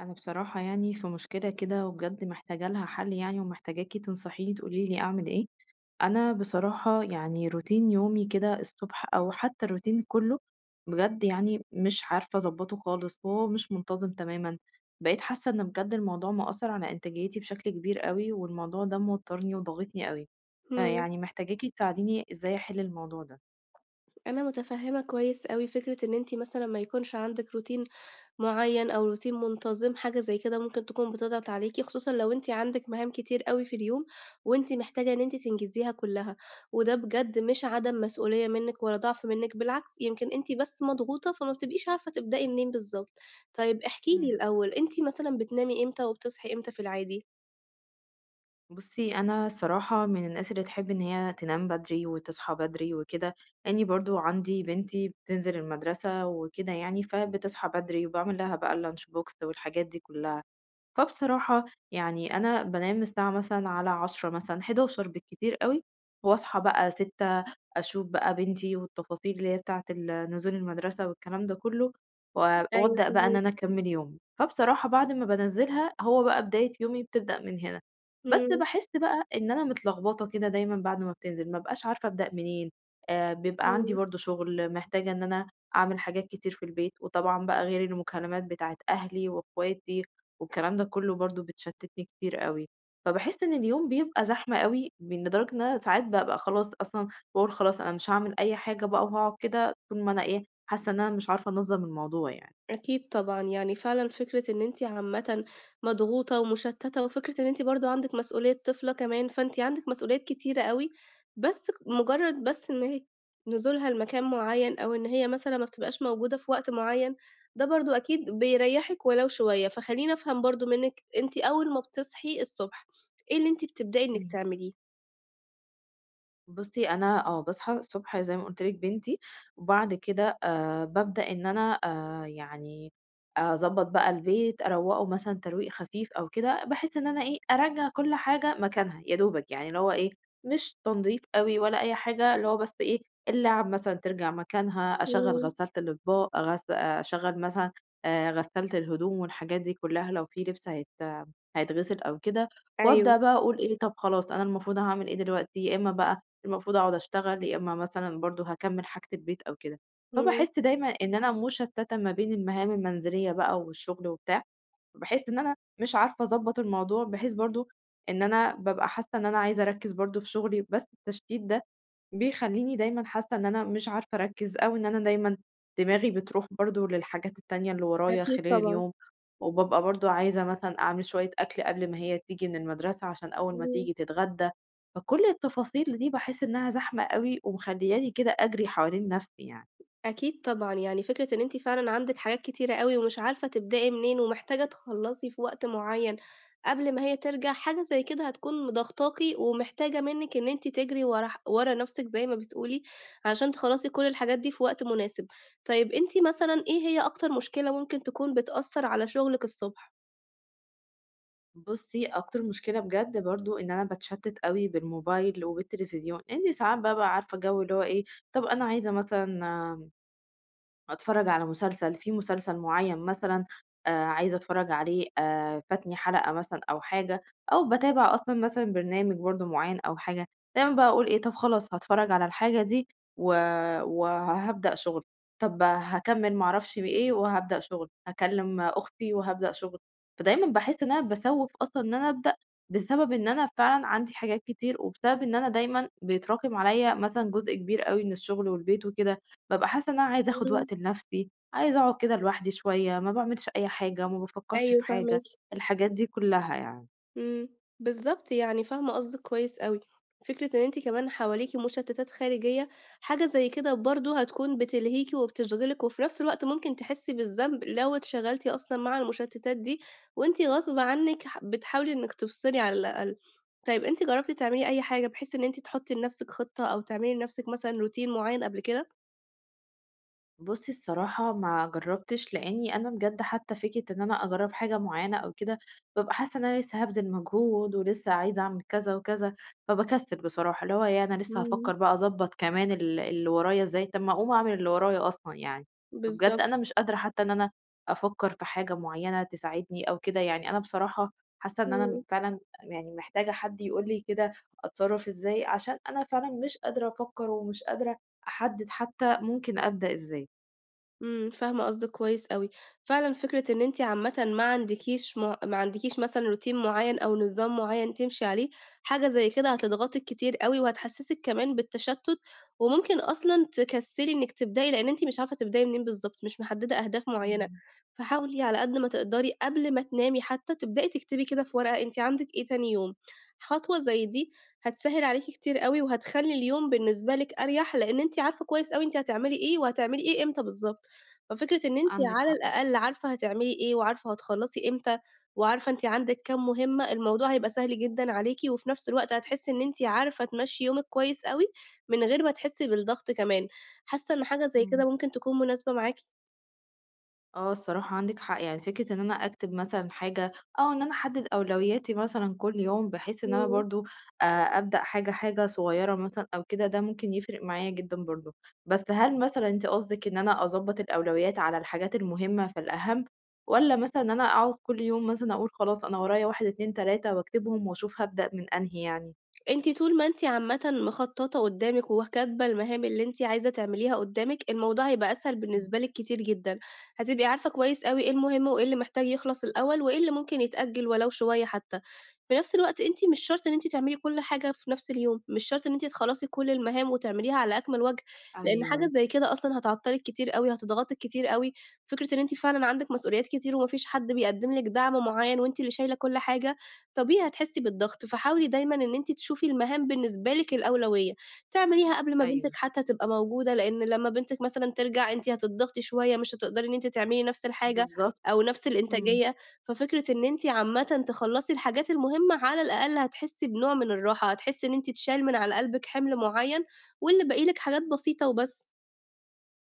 انا بصراحة في مشكلة كده وبجد محتاجة لها حل ومحتاجاكي تنصحيني تقولي لي اعمل ايه. انا بصراحة روتين يومي كده الصبح او حتى الروتين كله بجد، مش عارفة اظبطه خالص وهو مش منتظم تماما. بقيت حاسة ان بجد الموضوع مؤثر على انتاجيتي بشكل كبير قوي، والموضوع ده موترني وضغطني قوي. إمم، فيعني محتاجاكي تساعديني ازاي احل الموضوع ده. أنا متفهّمة كويس أوي فكرة إن أنتِ مثلًا ما يكونش عندِك روتين معيّن أو روتين منتظم، حاجة زي كده ممكن تكون بتضغط عليكِ، خصوصًا لو أنتِ عندِك مهام كتير أوي في اليوم، وأنتِ محتاجة إن أنتِ تنجزيها كلّها، وده بجد مش عدم مسؤولية منِّك ولا ضعف منِّك، بالعكس يمكن أنتِ بس مضغوطة، فما بتبقيش عارفة تبدئي منين بالضبط. طيب احكي لي مم. الأول، أنتِ مثلًا بتنامي إمتى وبتصحي إمتى في العادي؟ بُصّي، أنا الصراحة من الناس اللي تحب إن هي تنام بدري وتصحى بدري وكده، لإني برضه عندي بنتي بتنزل المدرسة وكده يعني، فبتصحى بدري وباعمل لها بقى الlunch box والحاجات دي كلّها. فبصراحة يعني أنا بانام الساعة مثلًا على 22:00 مثلًا، 23:00 بالكتير أوي، واصحى بقى 6 أشوف بقى بنتي والتفاصيل اللي هي بتاعة نزول المدرسة والكلام ده كله، و أيوه وأبدأ بقى إن فاهماكِ. أنا أكمّل يومي، فبصراحة بعد ما بانزّلها هو بقى بداية يومي بتبدأ من هنا. بس إمم، باحس بقى إن أنا متلخبطة كده دايمًا بعد ما بتنزل، ما أبقاش عارفة أبدأ منين، بيبقى عندي إمم. برضه شغل، محتاجة إن أنا أعمل حاجات كتير في البيت، وطبعًا بقى غير المكالمات بتاعة أهلي وأخواتي والكلام ده كله برضه بتشتتني كتير أوي، فباحس إن اليوم بيبقى زحمة أوي لدرجة إن أنا ساعات بابقى خلاص أصلًا واقول خلاص أنا مش هاعمل أي حاجة بقى وهاقعد كده طول ما أنا إيه، حاسة إن أنا مش عارفة أنظّم الموضوع يعني. أكيد طبعًا، يعني فعلًا فكرة إن أنتِ عامةً مضغوطة ومشتتة، وفكرة إن أنتِ برضه عندِك مسؤولية طفلة كمان، فأنتِ عندِك مسؤوليات كتيرة أوي، بس ك مجرد بس إن هي نزولها لمكان معين، أو إن هي مثلًا ما بتبقاش موجودة في وقت معين، ده برضه أكيد بيريحِك ولو شوية. فخلّيني أفهم برضه منِّك، أنتِ أول ما بتصحي الصبح، إيه اللي أنتِ بتبدئي إنِّك إمم. تعمليه؟ بُصّي، أنا آه، باصحى الصبح زي ما قُلت لِك بنتي، وبعد كده بابدأ إن أنا أضبّط بقى البيت، أروّقه مثلًا ترويق خفيف أو كده، بحيث إن أنا إيه، أرجّع كل حاجة مكانها يا دوبك، يعني اللي هو إيه، مش تنضيف أوي ولا أي حاجة، اللي هو بس إيه، اللعب مثلًا ترجع مكانها، أشغّل إمم، غسالة الأطباق، أشغّل مثلًا غسالة الهدوم والحاجات دي كلّها لو في لبس هيتغسل أو كده، أيوه، وأبدأ بقى أقول إيه، طَب خلاص أنا المفروض هاعمل إيه دلوقتي، يا إمّا بقى المفروض أقعد أشتغل، يا إمّا مثلًا برضه هاكمّل حاجة البيت أو كده. إمم، فباحس دايمًا إن أنا مشتّتة ما بين المهام المنزلية بقى والشغل وبتاع، باحس إن أنا مش عارفة أضبّط الموضوع، بحيث برضه إن أنا بابقى حاسة إن أنا عايزة أركّز برضه في شغلي، بس التشتيت ده بيخلّيني دايمًا حاسة إن أنا مش عارفة أركّز، أو إن أنا دايمًا دماغي بتروح برضه للحاجات التانية اللي ورايا أكيد خلال طبعًا، اليوم، وبابقى برضه عايزة مثلًا أعمل شوية أكل قبل ما هي تيجي من المدرسة عشان أول ما إمم. تيجي تتغدى، فكل التفاصيل دي باحس إنها زحمة أوي ومخلّياني كده أجري حوالين نَفْسي يعني. أكيد طبعًا، يعني فكرة إن أنتِ فعلًا عندِك حاجات كتيرة أوي ومش عارفة تبدئي منين ومحتاجة تخلّصي في وقت معيّن قبل ما هي ترجع، حاجة زي كده هتكون مضغطاكِ ومحتاجة منِّك إن أنتِ تجري ورا نَفْسِك زي ما بتقولي، علشان تخلّصي كل الحاجات دي في وقت مناسب. طيب أنتِ مثلًا إيه هي أكتر مشكلة ممكن تكون بتأثّر على شغلِك الصبح؟ بُصّي، أكتر مشكلة بجد برضه إن أنا باتشتِّت أوي بالموبايل وبالتليفزيون، لإني ساعات بابقى عارفة جو اللي هو إيه، طَب أنا عايزة مثلًا أتفرّج على مسلسل، في مسلسل معيّن مثلًا عايزة أتفرّج عليه فاتني حلقة مثلًا أو حاجة، أو باتابع أصلًا مثلًا برنامج برضه معيّن أو حاجة، دايمًا باقول إيه، طَب خلاص هاتفرّج على الحاجة دي و وهابدأ شُغل، طَب هاكمّل ما أعرفش بإيه وهابدأ شُغل، هاكلّم أختي وهابدأ شُغل، فدايمًا باحس إن أنا باسوّف أصلًا إن أنا أبدأ، بسبب إن أنا فعلًا عندي حاجات كتير، وبسبب إن أنا دايمًا بيتراكم عليَّ مثلًا جزء كبير أوي من الشُغل والبيت وكده، بابقى حاسة إن أنا عايزة آخد إمم. وقت لنفسي، عايزة أقعد كده لوحدي شوية، ما باعملش أي حاجة، ما بافكّرش أيوه في حاجة، فاهماكِ. الحاجات دي كلّها يعني. إمم، بالضبط، يعني فاهمة قصدِك كويس أوي، فكرة إن أنتِ كمان حواليكِ مشتتات خارجية، حاجة زي كده برضه هتكون بتلهيكِ وبتشغلِك، وفي نفس الوقت ممكن تحسي بالذنب لو اتشغلتِ أصلًا مع المشتتات دي، وأنتِ غصب عنِك بتحاولي إنِك تفصلي على الأقل. طيب أنتِ جربتِ تعملي أي حاجة بحيث إن أنتِ تحطي لنفسِك خطة أو تعملي لنفسِك مثلًا روتين معين قبل كده؟ بُصّي الصراحة ما جرّبتش، لإنّي أنا بجد حتّى فكرة إن أنا أجرّب حاجة معيّنة أو كده، بابقى حاسّة إن أنا لسّه هابذل مجهود ولسّه عايزة أعمل كذا وكذا، فباكسّل بصراحة، اللي هو إيه أنا لسّه إمم، هافكّر بقى أضبّط كمان اللي ورايا إزاي، طَب ما أقوم أعمل اللي ورايا أصلًا يعني، فبجد بالضبط. أنا مش قادرة حتّى إن أنا أفكّر في حاجة معيّنة تساعدني أو كده، يعني أنا بصراحة حاسّة إن بالضبط، إمم. أنا فعلًا يعني محتاجة حد يقول لي كده أتصرّف إزاي، عشان أنا فعلًا مش قادرة أفكّر ومش قادرة أحدّد حتّى ممكن أبدأ إزاي. إمم، فاهمة قصدِك كويس أوي. فعلًا فكرة إن أنتِ عامةً ما عندكيش مثلًا routine معيّن أو نظام معيّن تمشي عليه، حاجة زي كده هتضغطِك كتير أوي وهتحسّسِك كمان بالتشتُّت، وممكن أصلًا تكسّلي إنِّك تبدئي، لإن أنتِ مش عارفة تبدئي منين بالضبط، مش محدّدة أهداف معيّنة. إمم، فحاولي على قد ما تقدري قبل ما تنامي حتّى تبدئي تكتبي كده في ورقة أنتِ عندِك إيه تاني يوم. خطوة زي دي هتسهِّل عليكِ كتير أوي وهتخلّي اليوم بالنسبة لِك أريح، لإن أنتِ عارفة كويس أوي أنتِ هتعملي إيه وهتعملي إيه إمتى بالضبط. ففكرة إن أنتِ عندِك على حق. الأقل عارفة هتعملي إيه، وعارفة هتخلّصي إمتى، وعارفة أنتِ عندِك كام مهمة، الموضوع هيبقى سهل جدًا عليكِ، وفي نفس الوقت هتحسّي إن أنتِ عارفة تمشّي يومِك كويس أوي، من غير ما تحسّي بالضغط كمان. حاسة إن حاجة زي كده إمم، ممكن تكون مناسبة معاكِ؟ آه الصراحة عندِك حق، يعني فكرة إن أنا أكتب مثلًا حاجة أو إن أنا أحدد أولوياتي مثلًا كل يوم، بحيث إن أنا إمم. برضه أبدأ حاجة، حاجة صغيرة مثلًا أو كده، ده ممكن يفرق معايا جدًا برضه. بس هل مثلًا أنتِ قصدِك إن أنا أضبّط الأولويات على الحاجات المهمة فالأهم، والّا مثلًا إن أنا أقعد كل يوم مثلًا أقول خلاص أنا ورايا 1، 2، 3 وأكتبهم وأشوف هابدأ من أنهي يعني؟ أنتِ طول ما أنتِ عامةً مخططة قدّامِك وكاتبة المهام اللي أنتِ عايزة تعمليها قدّامِك، الموضوع هيبقى أسهل إمم. بالنسبة لِك كتير جدًا، هتبقي عارفة كويس أوي إيه المهم وإيه اللي محتاج يخلص الأول، وإيه اللي ممكن يتأجل ولو شوية حتى. في نفس الوقت أنتِ مش شرط إن أنتِ تعملي كل حاجة في نفس اليوم، مش شرط إن أنتِ تخلصي كل المهام وتعمليها على أكمل وجه، لإن حاجة أيوه، زي كده أصلًا هتعطّلِك كتير أوي، هتضغطِك كتير أوي. فكرة إن أنتِ فعلًا عندِك مسؤوليات كتير وما فيش حد بيقدّم لِك دعم معيّن وأنتِ اللي شايلة كل حاجة، طبيعي هتحسّي بالضغط، فحاولي دايمًا إن أنتِ تشوفي المهام بالنسبة لِك الأولوية، تعمليها قبل ما بنتِك أيوه، حتى تبقى موجودة، لإن لمّا بنتِك مثلًا ترجع أنتِ هتضغطي شوية، مش هتقدري إن أنتِ تعملي نفس الحاجة بالضبط، أو نفس إمم. الإنتاجية، ففكرة إن أنتِ عامةً تخلّصي الحاجات المهمة على الأقل هتحسّي بنوع من الراحة، هتحسّي إن أنتِ اتشال من على قلبِك حِمل معيّن واللي باقي لِك حاجات بسيطة وبس.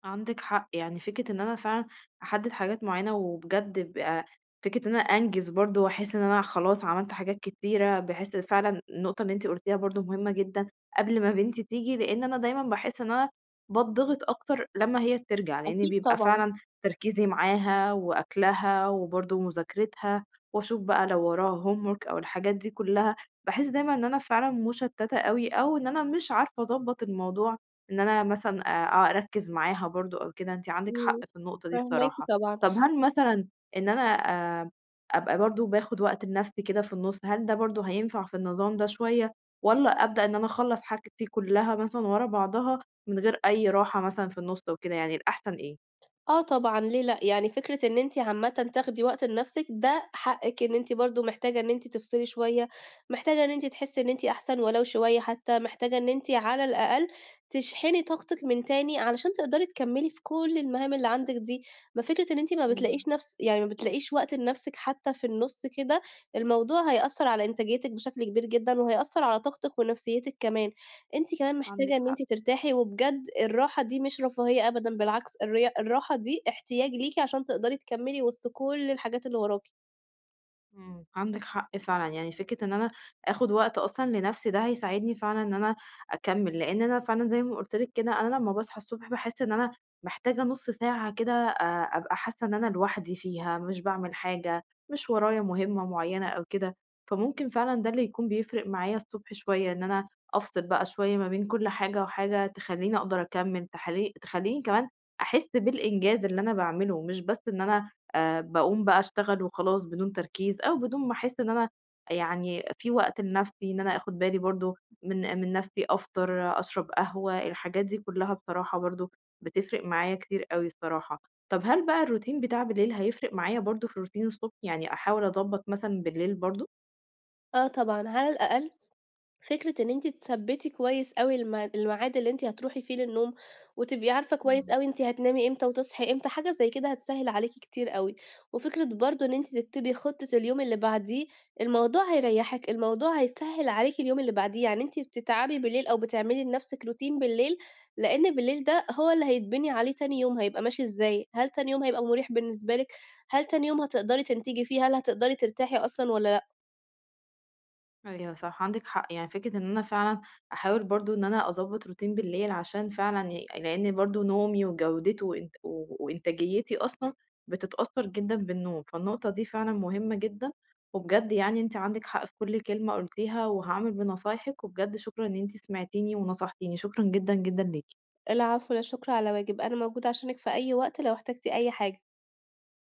عندِك حق، يعني فكرة إن أنا فعلًا أحدد حاجات معيّنة، وبجد يبقى فكرة إن أنا أنجز برضه، وأحس إن أنا خلاص عملت حاجات كتيرة، بحيث فعلًا النقطة اللي أنتِ قلتيها برضه مهمة جدًا، قبل ما بنتي تيجي، لإن أنا دايمًا باحس إن أنا باتضغط أكتر لمّا هي بترجع، لإن أكيد بيبقى طبعًا. فعلًا تركيزي معاها، وأكلها، وبرضه مذاكرتها، وأشوف بقى لو وراها homework أو الحاجات دي كلها، باحس دايمًا إن أنا فعلًا مشتتة أوي، أو إن أنا مش عارفة أضبط الموضوع، إن أنا مثلًا أركّز معاها برضه أو كده، أنتِ عندِك حق إمم، في النقطة دي فاهماكِ الصراحة. طبعًا. طب هل مثلًا إن أنا آآ أبقى برضه باخد وقت لنفسي كده في النُص، هل ده برضه هينفع في النظام ده شوية والّا أبدأ إن أنا أخلّص حاجتي كلّها مثلًا ورا بعضها من غير أي راحة مثلًا في النُص وكده يعني الأحسن إيه؟ آه طبعًا، ليه لأ؟ يعني فكرة إن أنتِ عامةً تاخدي وقت لنفسِك ده حقِّك إن أنتِ برضه محتاجة إن أنتِ تفصلي شوية، محتاجة إن أنتِ تحسّي إن أنتِ أحسن ولو شوية حتى، محتاجة إن أنتِ على الأقل تشحني طاقتِك من تاني علشان تقدري تكمّلي في كل المهام اللي عندِك دي. ما فكرة إن أنتِ إمم، ما بتلاقيش وقت لنفسِك حتى في النُص كده، الموضوع هيأثّر على إنتاجيتِك بشكل كبير جدًا وهيأثّر على طاقتِك ونفسيتِك كمان. أنتِ كمان محتاجة عندِك إن حق. أنتِ ترتاحي، وبجد الراحة دي مش رفاهية أبدًا، بالعكس الراحة دي احتياج ليكِ عشان تقدري تكمّلي وسط كل الحاجات اللي وراكِ. إمم، عندِك حق فعلًا، يعني فكرة إن أنا آخد وقت أصلًا لنفسي ده هيساعدني فعلًا إن أنا أكمّل، لإن أنا فعلًا زي ما قُلت لِك كده، أنا لمّا باصحى الصبح باحس إن أنا محتاجة نُص ساعة كده أبقى حاسة إن أنا لوحدي فيها، مش باعمل حاجة، مش ورايا مهمة معيّنة أو كده، فممكن فعلًا ده اللي يكون بيفرق معايا الصبح شوية، إن أنا أفصل بقى شوية ما بين كل حاجة وحاجة تخلّيني أقدر أكمّل، تخلّيني كمان أحس بالإنجاز اللي أنا باعمله، مش بس إن أنا باقوم بقى أشتغل وخلاص بدون تركيز، أو بدون ما أحس إن أنا يعني في وقت لنفسي، إن أنا آخد بالي برضه من نفسي، أفطر، أشرب قهوة، الحاجات دي كلها بصراحة برضه بتفرق معايا كتير أوي الصراحة. طب هل بقى الروتين بتاع بالليل هيفرق معايا برضه في روتين الصبح، يعني أحاول أضبط مثلًا بالليل برضه؟ آه طبعًا، على الأقل فكرة إن أنتِ تثبّتي كويس أوي الميعاد اللي أنتِ هتروحي فيه للنوم، وتبقي عارفة كويس إمم. أوي أنتِ هتنامي إمتى وتصحي إمتى، حاجة زي كده هتسهِّل عليكِ كتير أوي، وفكرة برضه إن أنتِ تكتبي خطة اليوم اللي بعديه، الموضوع هيريّحِك، الموضوع هيسهِّل عليكِ اليوم اللي بعديه، يعني أنتِ بتتعبي بالليل أو بتعملي لنفسِك روتين بالليل، لإن بالليل ده هو اللي هيتبني عليه تاني يوم هيبقى ماشي إزاي، هل تاني يوم هيبقى مُريح بالنسبة لِك، هل تاني يوم هتقدري تنتجي فيه، هل هتقدري ترتاحي أصلًا والّا أيوه صح، عندِك حق، يعني فكرة إن أنا فعلًا أحاول برضه إن أنا أضبّط روتين بالليل عشان فعلًا لإن برضه نومي وجودته وإنتاجيتي أصلًا بتتأثّر جدًا بالنوم، فالنقطة دي فعلًا مهمة جدًا، وبجد يعني أنتِ عندِك حق في كل كلمة قُلتيها، وهاعمل بنصايحِك، وبجد شكرًا إن أنتِ سمعتيني ونصحتيني، شكرًا جدًا، جدًا ليكِ. العفو، لا شكر على واجب، أنا موجودة عشانِك في أي وقت لو احتجتِ أي حاجة.